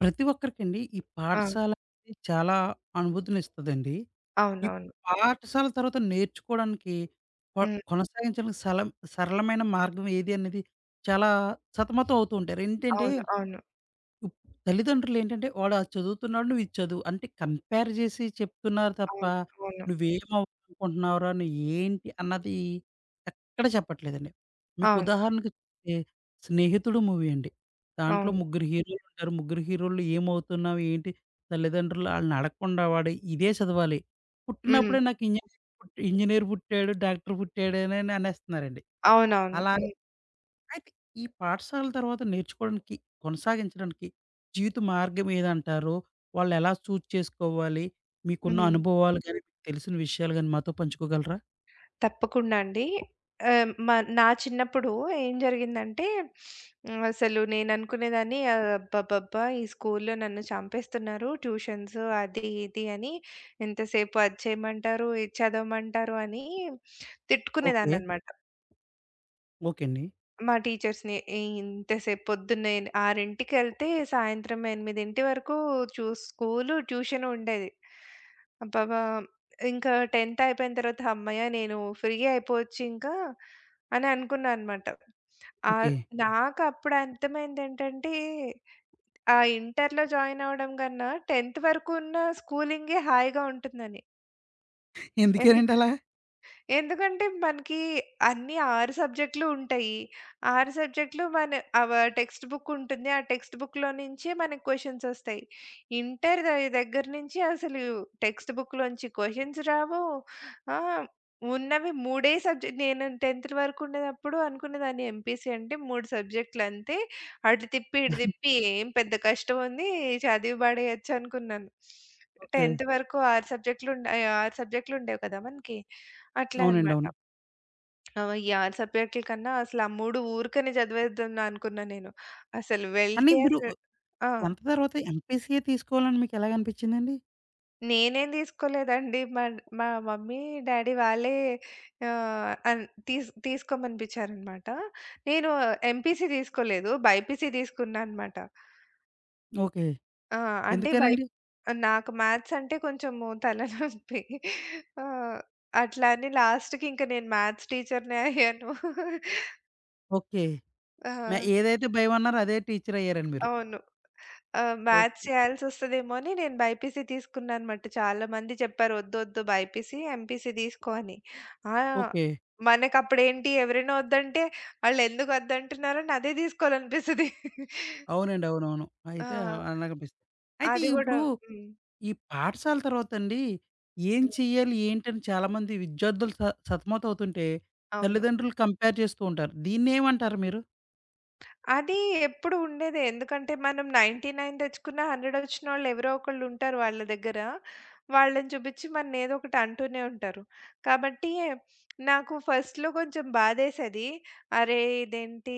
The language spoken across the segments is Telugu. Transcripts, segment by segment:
ప్రతి ఒక్కరికండి ఈ ఆ! పాఠశాల అనేది చాలా అనుభూతినిస్తదండి. ఈ అవునవును. పాఠశాల తర్వాత నేర్చుకోవడానికి కొ హ్మ్. కొనసాగించడానికి సరళమైన మార్గం ఏది అనేది చాలా సతమతం అవుతూ ఉంటారు. ఏంటంటే అవును. అవును. ఇప్ తల్లిదండ్రులేంటంటే, "వాడు అది చదువుతున్నాడు, నువ్వు ఇది చదువు" అంటే కంపేర్ జేసి చెప్తున్నారు తప్ప, అవును. అవును. "నువ్వేమవ్వాలనుకుంటున్నావురా? నువ్వేంటి?" అన్నది ఎక్కడ చెప్పట్లేదండి. మీకు అవును. ఉదాహరణకు చెప్తే 'స్నేహితుడు' మూవీ అండి. దాంట్లో అవును. ముగ్గురు హీరోలుంటారు. ముగ్గురు హీరోలు ఏమవుతున్నావు? ఏంటి? తల్లిదండ్రులు ఆళ్ళని అడగకుండా వాడు ఇదే చదవాలి. హ్మ్. పుట్టినప్పుడే నాకు ఇంజనీర్ ఇంజనీర్ పుట్టాడు, డాక్టర్ పుట్టాడు అని అనేస్తున్నారండి. అవునవును. అలా హ్మ్. అయితే ఈ పాఠశాల తర్వాత నేర్చుకోవడానికి, కొనసాగించడానికి జీవిత మార్గం ఏదంటారు? వాళ్ళెలా చూజ్ చేసుకోవాలి? మీకున్న హ్మ్. అనుభవాలు గాని, మీకు తెలిసిన విషయాలు గాని మాతో పంచుకోగలరా? తప్పకుండా అండి. ఆహ్, మ నా చిన్నప్పుడు ఏం జరిగిందంటే, అసలు నేననుకునేదాన్ని అబ్బబ్బబ్బా! ఈ స్కూల్‌లో నన్ను చంపేస్తున్నారు. ట్యూషన్స్ అది ఇది అని ఎంతసేపు అది చేయమంటారు, ఇది చదవమంటారు అని ఓకే. తిట్టుకునేదాన్ననమాట. ఓకే అండి. మా టీచర్స్‌ని ఇంతసేపు పొద్దున్నే 6:00కెళ్తే సాయంత్రం 8:00 వరకు స్కూలు, ట్యూషను ఉండేది. అబ్బబ్బా! ఇంకా 10థ్ అయిపోయిన తర్వాత హమ్మయ్య! నేను ఫ్రీ అయిపోవచ్చు ఇంకా అని అనుకున్నా అనమాట. ఆహ్, ఓకే. హ్మ్. నాకు అప్పుడు అర్థమైందేంటంటే ఆ ఇంటర్‌లో జాయిన్ అవ్వడం కన్నా 10థ్ వరకు ఉన్న స్కూలింగే హాయిగా ఉంటుందని. ఎందుకేనండి అలా? ఎందుకంటే మనకి అన్ని 6 సబ్జెక్టులు ఉంటాయి. 6 సబ్జెక్టులు మన టెక్స్ట్ బుక్ ఉంటుంది. ఆ టెక్స్ట్ బుక్‌లో నుంచే మనకు క్వెషన్స్ ఒస్తాయి. ఇంటర్ దగ్గర నుంచి అసలు టెక్స్ట్ బుక్‌లోంచి క్వెషన్స్ రావు. ఆ! ఉన్నవి 3 సబ్జెక్ట్ నేను 10థ్ వరకు ఉండేదప్పుడు అనుకునేదాన్ని ఎంపీసీ అంటే 3 సబ్జెక్టులు అంతే. అటు తిప్పి, ఇటు తిప్పి ఏం పెద్ద కష్టం ఉంది చదివి పడేయొచ్చు అనుకున్నాను. ఓకే. 10థ్ వరకు 6 సబ్జెక్టులు ఉండ ఆహ్, 6 సబ్జెక్టులు ఉండేవి కదా! మనకి. అట్లా అవునండి. అన్నమాట. అవును. ఆహ్, యాహ్! సబ్జెక్ట్‌ల కన్నా అసలు ఆ 3 ఊరికనే చదివేద్దాం అనుకున్నా నేను. అసలు కానీ వెళ్తే మీరు అసలు ఆ! 10థ్ తర్వాత ఎంపీసీయే తీసుకోవాలని మీకు ఎలాగనిపించిందండి? నేనేం తీసుకోలేదండి. మా మా మమ్మీ, డ్యాడీ వాళ్ళే ఆహ్, అన్ తీస్ తీసుకోమనిపించారన్నమాట. నేను ఎంపీసీ తీసుకోలేదు. బైపీసీ తీసుకున్నా అన్నమాట. ఓకే. ఆ! అంటే బై ఎందుకేనండి? నాకు మ్యాథ్స్ అంటే కొంచెము తలనొప్పి. ఆ! అట్లా అని లాస్ట్‌కి ఇంక నేను మ్యాథ్స్ టీచర్‌నే అయ్యాను. ఓకే. ఆ! మే ఏదైతే భయమన్నారో అదే టీచర్ అయ్యారండి మీరు. అవును. Maths okay. చేయాల్సొస్తదేమో అని నేను బైపీసీ తీసుకున్నానన్నమాట. చాలా మంది చెప్పారు, "ఒద్దొద్దు బైపీసీ, ఎంపీసీ తీసుకో" అని. ఆ! ఓకే. మనకప్పుడేంటి ఎవరైనా ఒద్దంటే ఆళ్ళెందుకు ఒద్దంటున్నారని అదే తీసుకోవాలనిపిస్తది. అవునండి. అవునవును. అయితే ఆ! అలాగనిపిస్తుంది. అయితే అది గూడా ఇప్పుడు హ్మ్. ఈ పాఠశాల తర్వాతండి, ఏం హ్మ్. చెయ్యాలి, ఏంటని చాలామంది విద్యార్థులు సతమతమవుతుంటే, అవును. తల్లిదండ్రులు కంపేర్ చేస్తూ ఉంటారు. దీన్నేమంటారు మీరు? అది ఎప్పుడు ఉండేదే. ఎందుకంటే మనం 99 తెచ్చుకున్న, 100 వచ్చినోళ్ళు ఎవరో ఒకళ్ళుంటారు వాళ్ళ దగ్గర. వాళ్ళని చూపించి మననేదో ఒకటి అంటూనే ఉంటారు. కాబట్టి నాకు ఫస్ట్‌లో కొంచెం బాధేసేది. అరే! ఇదేంటి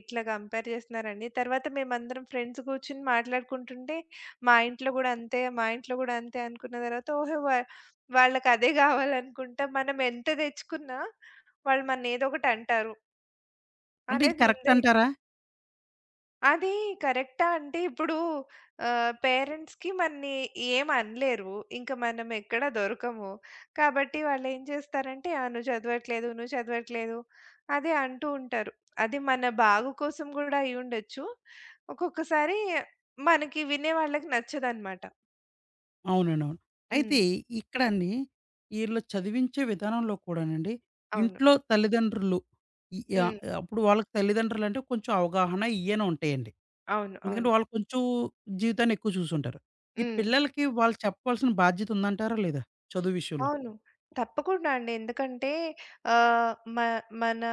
ఇట్లా కంపేర్ చేస్తున్నారని. తర్వాత మేమందరం ఫ్రెండ్స్ కూర్చొని మాట్లాడుకుంటుంటే, మా ఇంట్లో గూడా అంతే, మా ఇంట్లో గూడా అంతే అనుకున్న తర్వాత ఓహో! వాళ్ళకదే కావాలనుకుంటా. మనం ఎంత తెచ్చుకున్నా, వాళ్ళు మననేదో ఒకటి అంటారు అంటే ఇది అనేది కరెక్ట్ ముందే అంటారా? అది కరెక్టా అంటే ఇప్పుడు పేరెంట్స్‌కి మనని ఏమి అనలేరు. ఇంక మనం ఎక్కడ దొరకము. కాబట్టి వాళ్ళేం చేస్తారంటే, "ఆ! నువ్వు చదవట్లేదు, నువ్వు చదవట్లేదు" అదే అంటూ ఉంటారు. అది మన బాగు కోసం గూడా అయ్యుండొచ్చు. ఒక్కొక్కసారి మనకి వినే వాళ్ళకి నచ్చదనమాట. అవునండవును. హ్మ్. అయితే ఇక్కడండి, ఈళ్ళు చదివించే విధానంలో కూడానండి, అవును. ఇంట్లో తల్లిదండ్రులు ఈ హ్మ్. అప్పుడు వాళ్ళకి తల్లిదండ్రులంటే కొంచెం అవగాహన ఇయ్యనే ఉంటాయండి. అవును. ఎందుకంటే, అవును. వాళ్ళు కొంచెం జీవితాన్ని ఎక్కువ చూసుంటారు. ఈ హ్మ్. పిల్లలకి వాళ్ళు చెప్పవలసిన బాధ్యత ఉందంటారా లేదా? చదువు విషయంలో? అవును. తప్పకుండా అండి. ఎందుకంటే ఆహ్, మ మన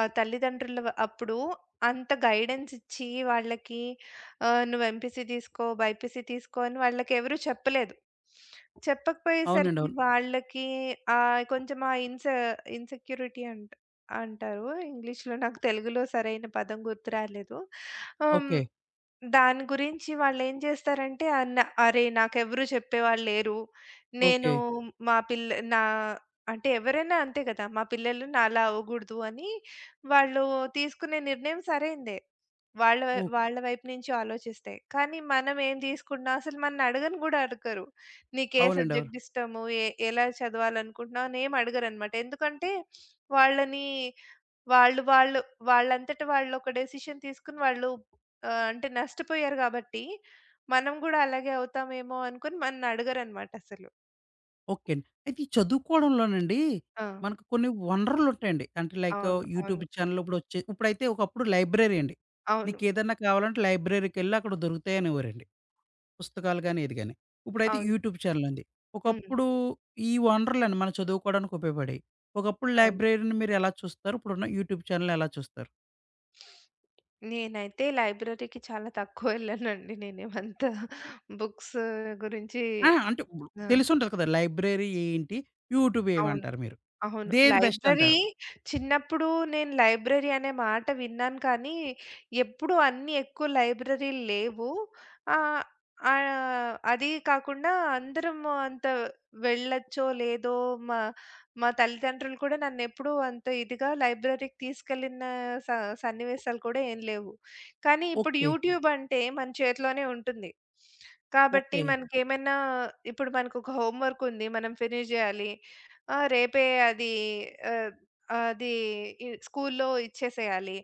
తల్లిదండ్రులు అప్పుడు అంత గైడెన్స్ ఇచ్చి వాళ్ళకి "నువ్వు ఎంపీసీ తీసుకో, బైపీసీ తీసుకో" అని వాళ్ళకెవరు చెప్పలేదు. చెప్పకపోయేసరికి అవునండవును. వాళ్ళకి కొంచెం ఆ ఇన్స ఇన్‌సెక్యూరిటీ అంటారు. ఇంగ్లీష్‌లో నాకు తెలుగులో సరైన పదం గుర్తు రాలేదు. హ్మ్. ఓకే. దాని గురించి వాళ్ళేం చేస్తారంటే, "అరే! నాకెవరు చెప్పేవాళ్ళు లేరు." నేను ఓకే. మా పిల్ల నా అంటే ఎవరైనా అంతే కదా! మా పిల్లలు నాలా అవ్వగూడదు అని వాళ్ళు తీసుకునే నిర్ణయం సరైందే. వాళ్ళ వై ఓకే. వాళ్ళ వైపు నుంచి ఆలోచిస్తే. కానీ మనం ఏం తీసుకుంటున్నాం అసలు మననడగను గూడా అడగరు. నీకే అవునండి. అవును. సబ్జెక్ట్ ఇష్టము? ఎలా చదవాలనుకుంటున్నావు? అని ఏమి అడగరనమాట. ఎందుకంటే వాళ్ళని వాళ్ళు వాళ్ళు వాళ్ళంతట వాళ్ళు ఒక డెసిషన్ తీసుకొని వాళ్ళు అంటే నష్టపోయారు గాబట్టి, మనం గూడా అలాగే అవుతామేమో అనుకుని మననడగరనమాట అసలు. ఓకే అండి. అయితే ఈ చదువుకోవడంలోనండి ఆ! మనకు కొన్ని వనరులుంటాయండి. అంటే లైక్ అవును. యూట్యూబ్ అవును. ఛానల్ ఇప్పుడొచ్చే ఇప్పుడైతే ఒకప్పుడు లైబ్రరీ అండి. అవును. నీకేదన్నా కావాలంటే లైబ్రరీకెళ్ళి అక్కడ దొరుకుతాయనేవారండి. పుస్తకాలు గాని, ఏది గాని. ఇప్పుడైతే అవును. యూట్యూబ్ ఛానల్ ఉంది. హ్మ్. ఒకప్పుడు ఈ వనరులండి మనం చదువుకోవడానికి ఉపయోగపడేయి. ఒకప్పుడు అవును. లైబ్రరీని మీరెలా చూస్తారు? ఇప్పుడున్న యూట్యూబ్ ఛానల్‌ని ఎలా చూస్తారు? నేనైతే లైబ్రరీకి చాలా తక్కువ వెళ్ళానండి. నేనేమంత బుక్స్ గురించి ఆ! అంటే ఇప్పుడు ఆ! తెలిసుంటది కదా! లైబ్రరీ ఏంటి? యూట్యూబ్ అవును. ఏమంటారు మీరు? అవును. దేది బెస్ట్ లైబ్రరీ అంటారు? చిన్నప్పుడు నేను లైబ్రరీ అనే మాట విన్నాను కానీ, ఎప్పుడు అన్ని ఎక్కువ లైబ్రరీలు లేవు. ఆహ్, ఆహ్, అది కాకుండా అందరము అంత వెళ్ళొచ్చో లేదో మా మా తల్లిదండ్రులు కూడా నన్నెప్పుడూ అంత ఇదిగా లైబ్రరీకి తీసుకెళ్ళిన స సన్నివేశాలు కూడా ఏం లేవు. కానీ ఇప్పుడు ఓకే. యూట్యూబ్ అంటే మన చేతిలోనే ఉంటుంది. కాబట్టి ఓకే. మనకేమైనా ఇప్పుడు మనకొక హోంవర్క్ ఉంది. మనం ఫినిష్ జేయాలి. ఆ! రేపే అది ఆహ్, అది ఇ స్కూల్లో ఇచ్చేసేయాలి.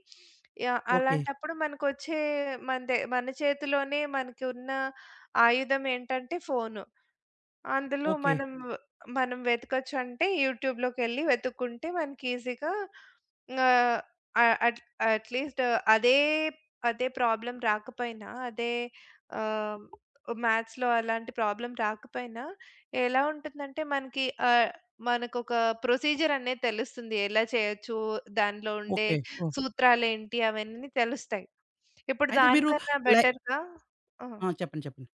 ఓకే. అలాంటప్పుడు మనకొచ్చే మన దె మన చేతిలోనే మనకి ఉన్న ఆయుధం ఏంటంటే ఫోను. అందులో ఓకే. మనం మనం వెతకచ్చంటే యూట్యూబ్‌లోకెళ్ళి వెతుక్కుంటే మనకి ఈజీగా ఆహ్, ఆహ్, అట్ అట్‌లీస్ట్ అదే అదే ప్రాబ్లమ్ రాకపోయినా ఆహ్, మ్యాథ్స్‌లో అలాంటి ప్రాబ్లమ్ రాకపోయినా ఎలా ఉంటుందంటే మనకి మనకొక ప్రొసీజర్ అనేది తెలుస్తుంది. ఎలా చేయొచ్చు, దానిలో ఉండే ఓకే. ఓహ్! సూత్రాలేంటి అవన్నీ తెలుస్తాయి. ఇప్పుడు అయితే మీరు దానికన్నా లై బెటర్‌గా ఆ! ఆ! చెప్పండి. చెప్పండి.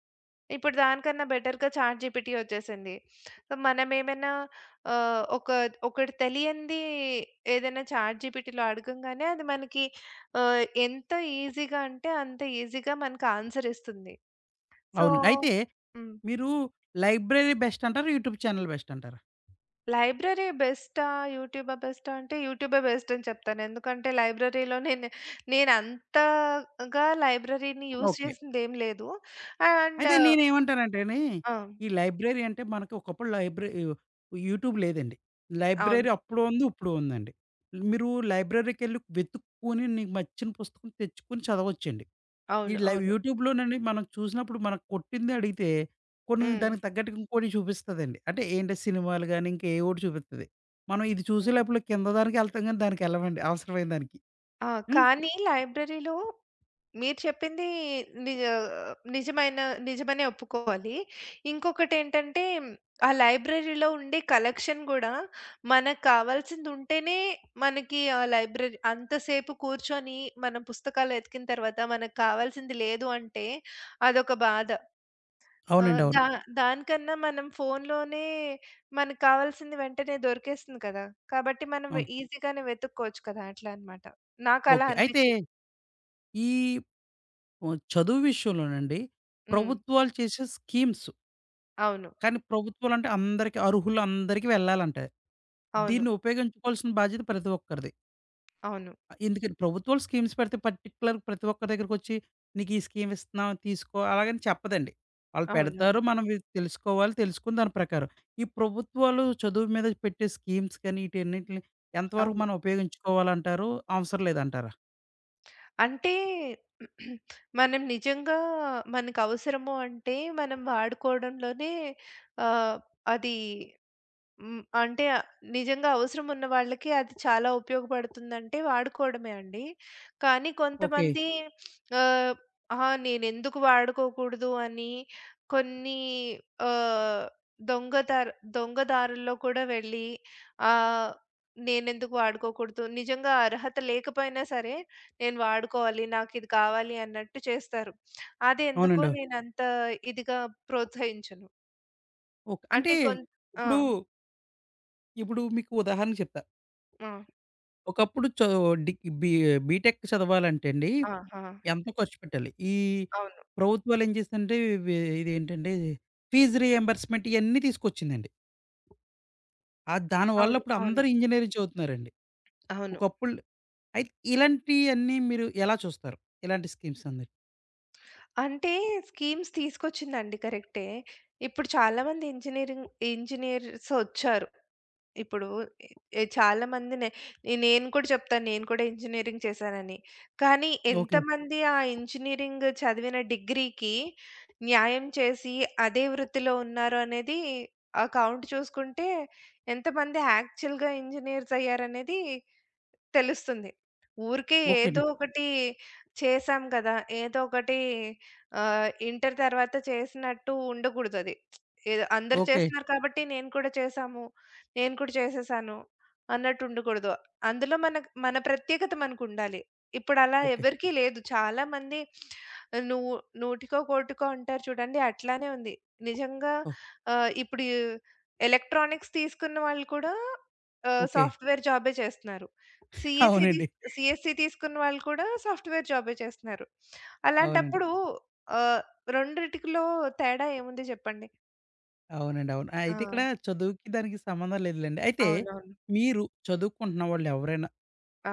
ఇప్పుడు దానికన్నా బెటర్‌గా చాట్ జీపీటీ వచ్చేసింది. సో, మనమేమైనా ఆహ్, ఒక ఒకటి తెలియంది ఏదైనా చాట్ జీపీటీలో అడగంగానే అది మనకి ఎంత ఈజీగా అంటే అంత ఈజీగా మనకు ఆన్సర్ ఇస్తుంది. సో, అవునండి. అయితే హ్మ్. మీరు లైబ్రరీ బెస్ట్ అంటారా? యూట్యూబ్ ఛానల్ బెస్ట్ అంటారా? లైబ్రరీ బెస్టా? యూట్యూబా బెస్టా? అంటే యూట్యూబే బెస్ట్ అని చెప్తాను. ఎందుకంటే లైబ్రరీలో నేనంతగా లైబ్రరీని యూజ్ ఓకే. చేసిందేం లేదు. అండ్ అయితే నేనేమంటానంటేని ఆ! ఈ లైబ్రరీ అంటే మనకి ఒకప్పుడు లైబ్ర యు యూట్యూబ్ లేదండి. అవును. లైబ్రరీ అప్పుడు ఉంది. ఇప్పుడు ఉందండి. మీరు లైబ్రరీకెళ్ళి వెతుక్కొని నీకు నచ్చిన పుస్తకం తెచ్చుకొని చదవచ్చండి. ఈ అవును. లైవ్ అవును. యూట్యూబ్‌లోనండి మనం చూసినప్పుడు మనం కొట్టింది అడిగితే, కొన్ని హ్మ్. దానికి తగ్గట్టుగా ఇంకోటి చూపిస్తదండి. అంటే ఏంటి సినిమాలు గాని, ఇంక ఏవో ఒకటి చూపిత్తది. మనం ఇది చూసే హ్మ్. లోపల కింద దానికి ఎళ్తాం గానీ, దానికెళ్ళమండి అవసరమైన దానికి. ఆ! హ్మ్. కానీ లైబ్రరీలో మీరు చెప్పింది నిజ నిజమైన నిజమనే ఒప్పుకోవాలి. ఇంకొకటేంటంటే ఆ లైబ్రరీలో ఉండే కలెక్షన్ గూడా మనకు కావాల్సింది ఉంటేనే మనకి ఆ లైబ్రరీ అంతసేపు కూర్చొని మనం పుస్తకాలు వెతికిన తర్వాత మనకు కావాల్సింది లేదు అంటే అదొక బాధ. ఆహ్, అవునండి. అవును. దా దానికన్నా మనం ఫోన్‌లోనే మనకు కావాల్సింది వెంటనే దొరికేస్తుంది కదా! కాబట్టి మనం అవును. ఈజీగానే వెతుక్కోవచ్చు కదా! అట్లా అన్నమాట. నాకు అలా ఓకే. అయితే అనిపించింది. ఈ ఓ చదువు విషయంలోనండి, హ్మ్. ప్రభుత్వాలు చేసే స్కీమ్స్, అవును. కానీ ప్రభుత్వాలంటే అందరికి అర్హులందరికీ వెళ్ళాలంటాయి. అవును. దీన్ని ఉపయోగించుకోవాల్సిన బాధ్యత ప్రతి ఒక్కరిది. అవును. ఎందుకని ప్రభుత్వాలు స్కీమ్స్ పెడితే పర్టిక్యులర్ ప్రతి ఒక్కరి దగ్గరికొచ్చి నీకు ఈ స్కీమ్ ఇస్తున్నాం తీసుకో అలాగని చెప్పదండి. వాళ్ళు అవునవును. పెడతారు. మనం ఇది తెలుసుకోవాలి. తెలుసుకుని దాని ప్రకారం. ఈ ప్రభుత్వాలు చదువు మీద పెట్టే స్కీమ్స్ కానీ ఈటన్నిటిని అవును. ఎంతవరకు అవును. మనం ఉపయోగించుకోవాలంటారు? అవసరం లేదంటారా? అంటే మనం నిజంగా మనకవసరము అంటే మనం వాడుకోవడంలోనే ఆహ్, అది హ్మ్. నిజంగా అవసరం ఉన్న వాళ్ళకి అది చాలా ఉపయోగపడుతుందంటే వాడుకోవడమే అండి. కానీ ఓకే. కొంతమంది ఆహ్, అహా! నేనెందుకు వాడుకోకూడదు అని కొన్ని ఆహ్, దొంగదార్ దొంగ దారుల్లో కూడా వెళ్ళి ఆహ్, నేనెందుకు వాడుకోకూడదు, నిజంగా అర్హత లేకపోయినా సరే నేను వాడుకోవాలి, నాకిది కావాలి అన్నట్టు చేస్తారు. అదెందుకో అవునండి. అవును. నేనంత ఇదిగా ప్రోత్సహించను. ఓకే. అంటే అంటే కొన్ ఆ! ఇప్పుడు, ఇప్పుడు మీకు ఉదాహరణకు చెప్తా. ఆ! ఒకప్పుడు చో డి బి బీటెక్ చదవాలంటే అండి ఆ! ఆ! ఎంతో ఖర్చు పెట్టాలి. ఈ అవును. ప్రభుత్వాలు ఏం చేసిందంటే ఇవి ఇదేంటంటే ఫీజ్ రీయింబర్స్‌మెంట్ ఇయన్నీ తీసుకొచ్చిందండి. దానివల్ల అవును. ఇప్పుడు అవును. అందరూ ఇంజినీరింగ్ చదువుతున్నారండి. అవును. ఒకప్పుడు అయితే ఇలాంటియన్నీ మీరు ఎలా చూస్తారు? ఇలాంటి స్కీమ్స్ అందరి? అంటే స్కీమ్స్ తీసుకొచ్చిందండి కరెక్టే. ఇప్పుడు చాలామంది ఇంజినీర్స్ ఒచ్చారు. ఇప్పుడు చాలామందినే నేను కూడా చెప్తాను. నేను కూడా ఇంజినీరింగ్ చేశానని. కానీ ఓకే. ఎంతమంది ఆ ఇంజినీరింగ్ చదివిన డిగ్రీకి న్యాయం చేసి అదే వృత్తిలో ఉన్నారు అనేది ఆ కౌంట్ చూసుకుంటే ఎంతమంది యాక్చువల్‌గా ఇంజినీర్స్ అయ్యారనేది తెలుస్తుంది. ఊరికే ఓకే ఏదో అండి. ఒకటి చేశాం కదా! ఏదో ఒకటి ఇంటర్ తర్వాత చేసినట్టు ఉండకూడదది. ఏదో అందరూ ఓకే. చేస్తున్నారు కాబట్టి నేను కూడా చేశాము, నేను కూడా చేసేసాను అన్నట్టు ఉండకూడదు. అందులో మనకు మన ప్రత్యేకత మనకుండాలి. ఇప్పుడలా ఓకే. ఎవరికీ లేదు. చాలా మంది నువ్వు నూటికో, కోటికో అంటారు చూడండి అట్లానే ఉంది. నిజంగా ఓహ్! ఇప్పుడు ఎలక్ట్రానిక్స్ తీసుకున్న వాళ్ళు కూడా ఓకే. సాఫ్ట్‌వేర్ జాబే చేస్తున్నారు. సీఎస్‌సీ అవునండి. తీస్ సీఎస్‌సీ తీసుకున్న వాళ్ళు కూడా సాఫ్ట్‌వేర్ జాబే చేస్తున్నారు. అవునండి. అలాంటప్పుడు ఆహ్, రెండిటికిలో తేడా ఏముంది జెప్పండి? అవునండి. అవును. ఆ! అయితే ఇక్కడ చదువుకి దానికి సంబంధం లేదులెండి. అయితే అవునవును. మీరు చదువుకుంటున్న వాళ్ళెవరైనా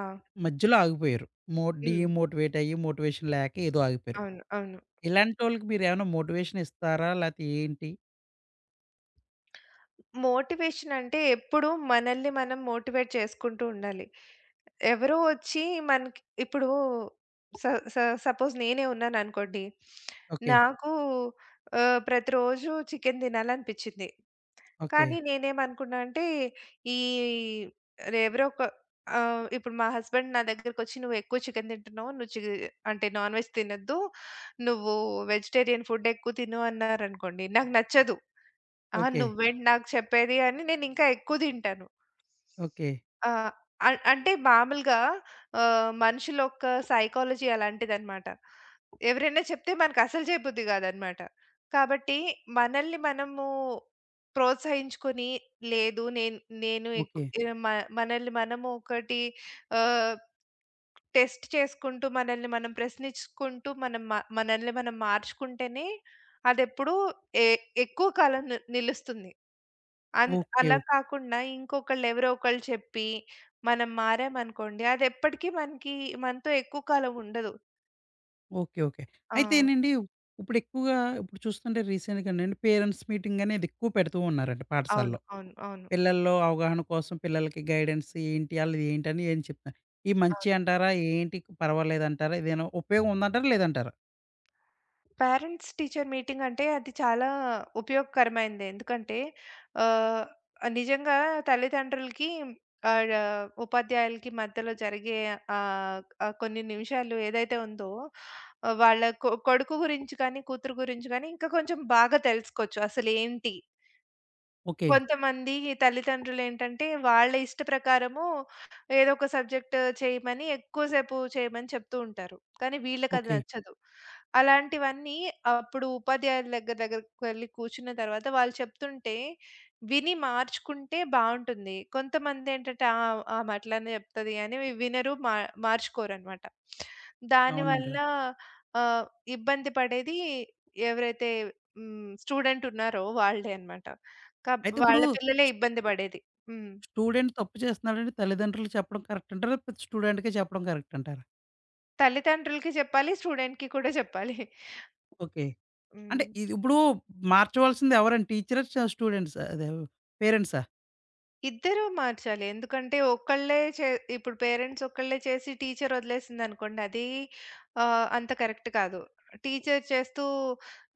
ఆ! మధ్యలో ఆగిపోయారు. హ్మ్. డీమోటివేట్ అయ్యి మోటివేషన్ లేక ఏదో ఆగిపోయారు. అవును. అవును. ఇలాంటోళ్ళకి మీరేమైనా మోటివేషన్ ఇస్తారా? లేతే ఏంటి? మోటివేషన్ అంటే ఎప్పుడు మనల్ని మనం మోటివేట్ చేసుకుంటూ ఉండాలి. ఎవరో ఒచ్చి మనకి ఇప్పుడు స స సపోజ్ నేనే ఉన్నాననుకోండి. ఓకే. నాకు ప్రతిరోజు చికెన్ తినాలనిపిచ్చింది. ఓకే. కానీ నేనేమనుకున్నా అంటే, ఈ ఎవరో ఒక ఆహ్, ఇప్పుడు మా హస్బెండ్ నా దగ్గరకొచ్చి, "నువ్వెక్కువ చికెను తింటున్నావు. నువ్వు చి అంటే నాన్ వెజ్ తినొద్దు. నువ్వు వెజిటేరియన్ ఫుడ్ ఎక్కువ తిను" అన్నారనుకోండి నాకు నచ్చదు. ఆ! ఓకే. నువ్వేంటి నాకు చెప్పేది అని నేనింకా ఎక్కువ తింటాను. ఓకే. ఆ! అంటే మామూలుగా మనుషుల యొక్క సైకాలజీ అలాంటిదనమాట. ఎవరైనా చెప్తే మనకసలు చేయబుద్ధి కాదనమాట. కాబట్టి మనల్ని మనము ప్రోత్సహించుకొని, లేదు నేను నేను ఎక్కు ఓకే. ఏ, మ మనల్ని మనము ఒకటి ఆహ్, టెస్ట్ చేసుకుంటూ, మనల్ని మనం ప్రశ్నించుకుంటూ, మనం మ మనల్ని మనం మార్చుకుంటేనే అదెప్పుడూ ఎ ఎక్కువ కాలం నిలుస్తుంది. అన్ ఓకే. అలా ఓకే. కాకుండా ఇంకొకళ్ళు ఎవరో ఒకళ్ళు చెప్పి, మనం మారామనుకోండి అదెప్పటికి మనకి మనతో ఎక్కువ కాలం ఉండదు. ఓకే. ఓకే. ఆ! అయితేనండి ఇప్పుడు ఎక్కువగా ఇప్పుడు చూస్తుంటే రీసెంట్‌గానండి పేరెంట్స్ మీటింగ్ అనేది ఎక్కువ పెడుతూ ఉన్నారండి అవును. పాఠశాలలో. అవును. అవును. పిల్లల్లో అవగాహన కోసం పిల్లలకి గైడెన్స్ ఏంటి? ఆళ్ళది ఏంటని ఏం చెప్తున్నారు. ఈ మంచి అవును. అంటారా? ఏంటి పర్వాలేదంటారా? ఇదేనా ఉపయోగం ఉందంటారా? లేదంటారా? పేరెంట్స్ టీచర్ మీటింగ్ అంటే అది చాలా ఉపయోగకరమైనదే. ఎందుకంటే ఆహ్, నిజంగా తల్లిదండ్రులకి ఆడ ఉపాధ్యాయులకి మధ్యలో జరిగే ఆహ్, ఆహ్, కొన్ని నిమిషాలు ఏదైతే ఉందో ఆ, వాళ్ళ కొడుకు గురించి కానీ, కూతురు గురించి కానీ ఇంకా కొంచెం బాగా తెలుసుకోవచ్చు. అసలేంటి? ఓకే. కొంతమంది తల్లిదండ్రులేంటంటే, వాళ్ళ ఇష్ట ప్రకారము ఏదో ఒక సబ్జెక్ట్ చేయమని, ఎక్కువ సేపు చేయమని చెప్తూ ఉంటారు. కానీ వీళ్ళకది ఓకే. నచ్చదు. అలాంటివన్నీ అప్పుడు ఉపాధ్యాయుల దగ్గరకెళ్ళి కూర్చున్న తర్వాత వాళ్ళు చెప్తుంటే, విని మార్చుకుంటే బావుంటుంది. కొంతమందేంటంటే, ఆ! ఆమె అట్లానే చెప్తది అని వినరు, మార్చుకోరనమాట. అవునండి. దానివల్ల ఆహ్, ఇబ్బంది పడేది ఎవరైతే స్టూడెంట్ ఉన్నారో వాళ్ళే అనమాట. కబ్ అయితే వాళ్ళ ఇప్పుడు పిల్లలే ఇబ్బంది పడేది. హ్మ్. స్టూడెంట్ తప్పు చేస్తున్నాడని తల్లిదండ్రులు చెప్పడం కరెక్ట్ అంటారా? లేకపోతే స్టూడెంట్‌కే చెప్పడం కరెక్ట్ అంటారా? తల్లిదండ్రులకి చెప్పాలి. స్టూడెంట్‌కి కూడా చెప్పాలి. ఓకే. అంటే హ్మ్. ఇది ఇప్పుడు మార్చవలసింది ఎవరండి? టీచరా? స్టూడెంట్సా? అదే పేరెంట్సా? ఇద్దరూ మార్చాలి. ఎందుకంటే ఒక్కళ్ళే చే ఇప్పుడు పేరెంట్స్ ఒక్కళ్ళే చేసి టీచర్ వదిలేసిందనుకోండి అది అంత కరెక్ట్ కాదు. టీచర్ చేస్తూ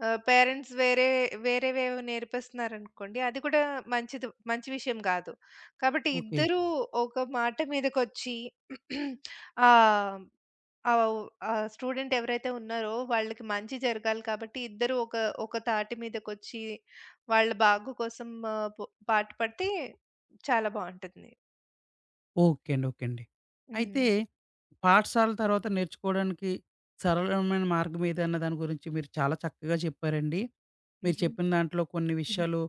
పేరెంట్స్ వేరేవేవో నేర్పిస్తున్నారనుకోండి అది కూడా మంచి విషయం కాదు. కాబట్టి ఓకే. ఇద్దరూ ఒక మాట మీదకొచ్చి ఆహ్, ఆవ్ ఆ స్టూడెంట్ ఎవరైతే ఉన్నారో వాళ్ళకి మంచి జరగాలి కాబట్టి ఇద్దరూ ఒక ఒక తాటి మీదకొచ్చి వాళ్ళ బాగు కోసం ఆహ్, పొ పాటుపడితే చాలా బావుంటుంది. ఓకే అండి. ఓకే అండి. హ్మ్. అయితే పాఠశాల తర్వాత నేర్చుకోవడానికి సరళమైన మార్గం ఏదన్న దాని గురించి మీరు చాలా చక్కగా చెప్పారండి. మీరు హుహు. చెప్పిన దాంట్లో కొన్ని హుహు. విషయాలు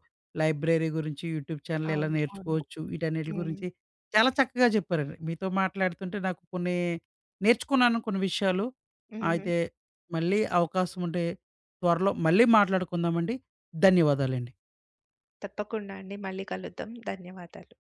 లైబ్రరీ గురించి, యూట్యూబ్ ఛానల్ ఎలా అవును. అవును. నేర్చుకోవచ్చు, వీటన్నిటి హ్మ్. గురించి చాలా చక్కగా చెప్పారండి. మీతో మాట్లాడుతుంటే నాకు కొన్ని నేర్చుకున్నాను కొన్ని విషయాలు. హుహు. అయితే మళ్ళీ అవకాశం ఉంటే త్వరలో మళ్ళీ మాట్లాడుకుందామండి. ధన్యవాదాలండి. తప్పకుండా అండి. మళ్ళీ కలుద్దాం. ధన్యవాదాలు.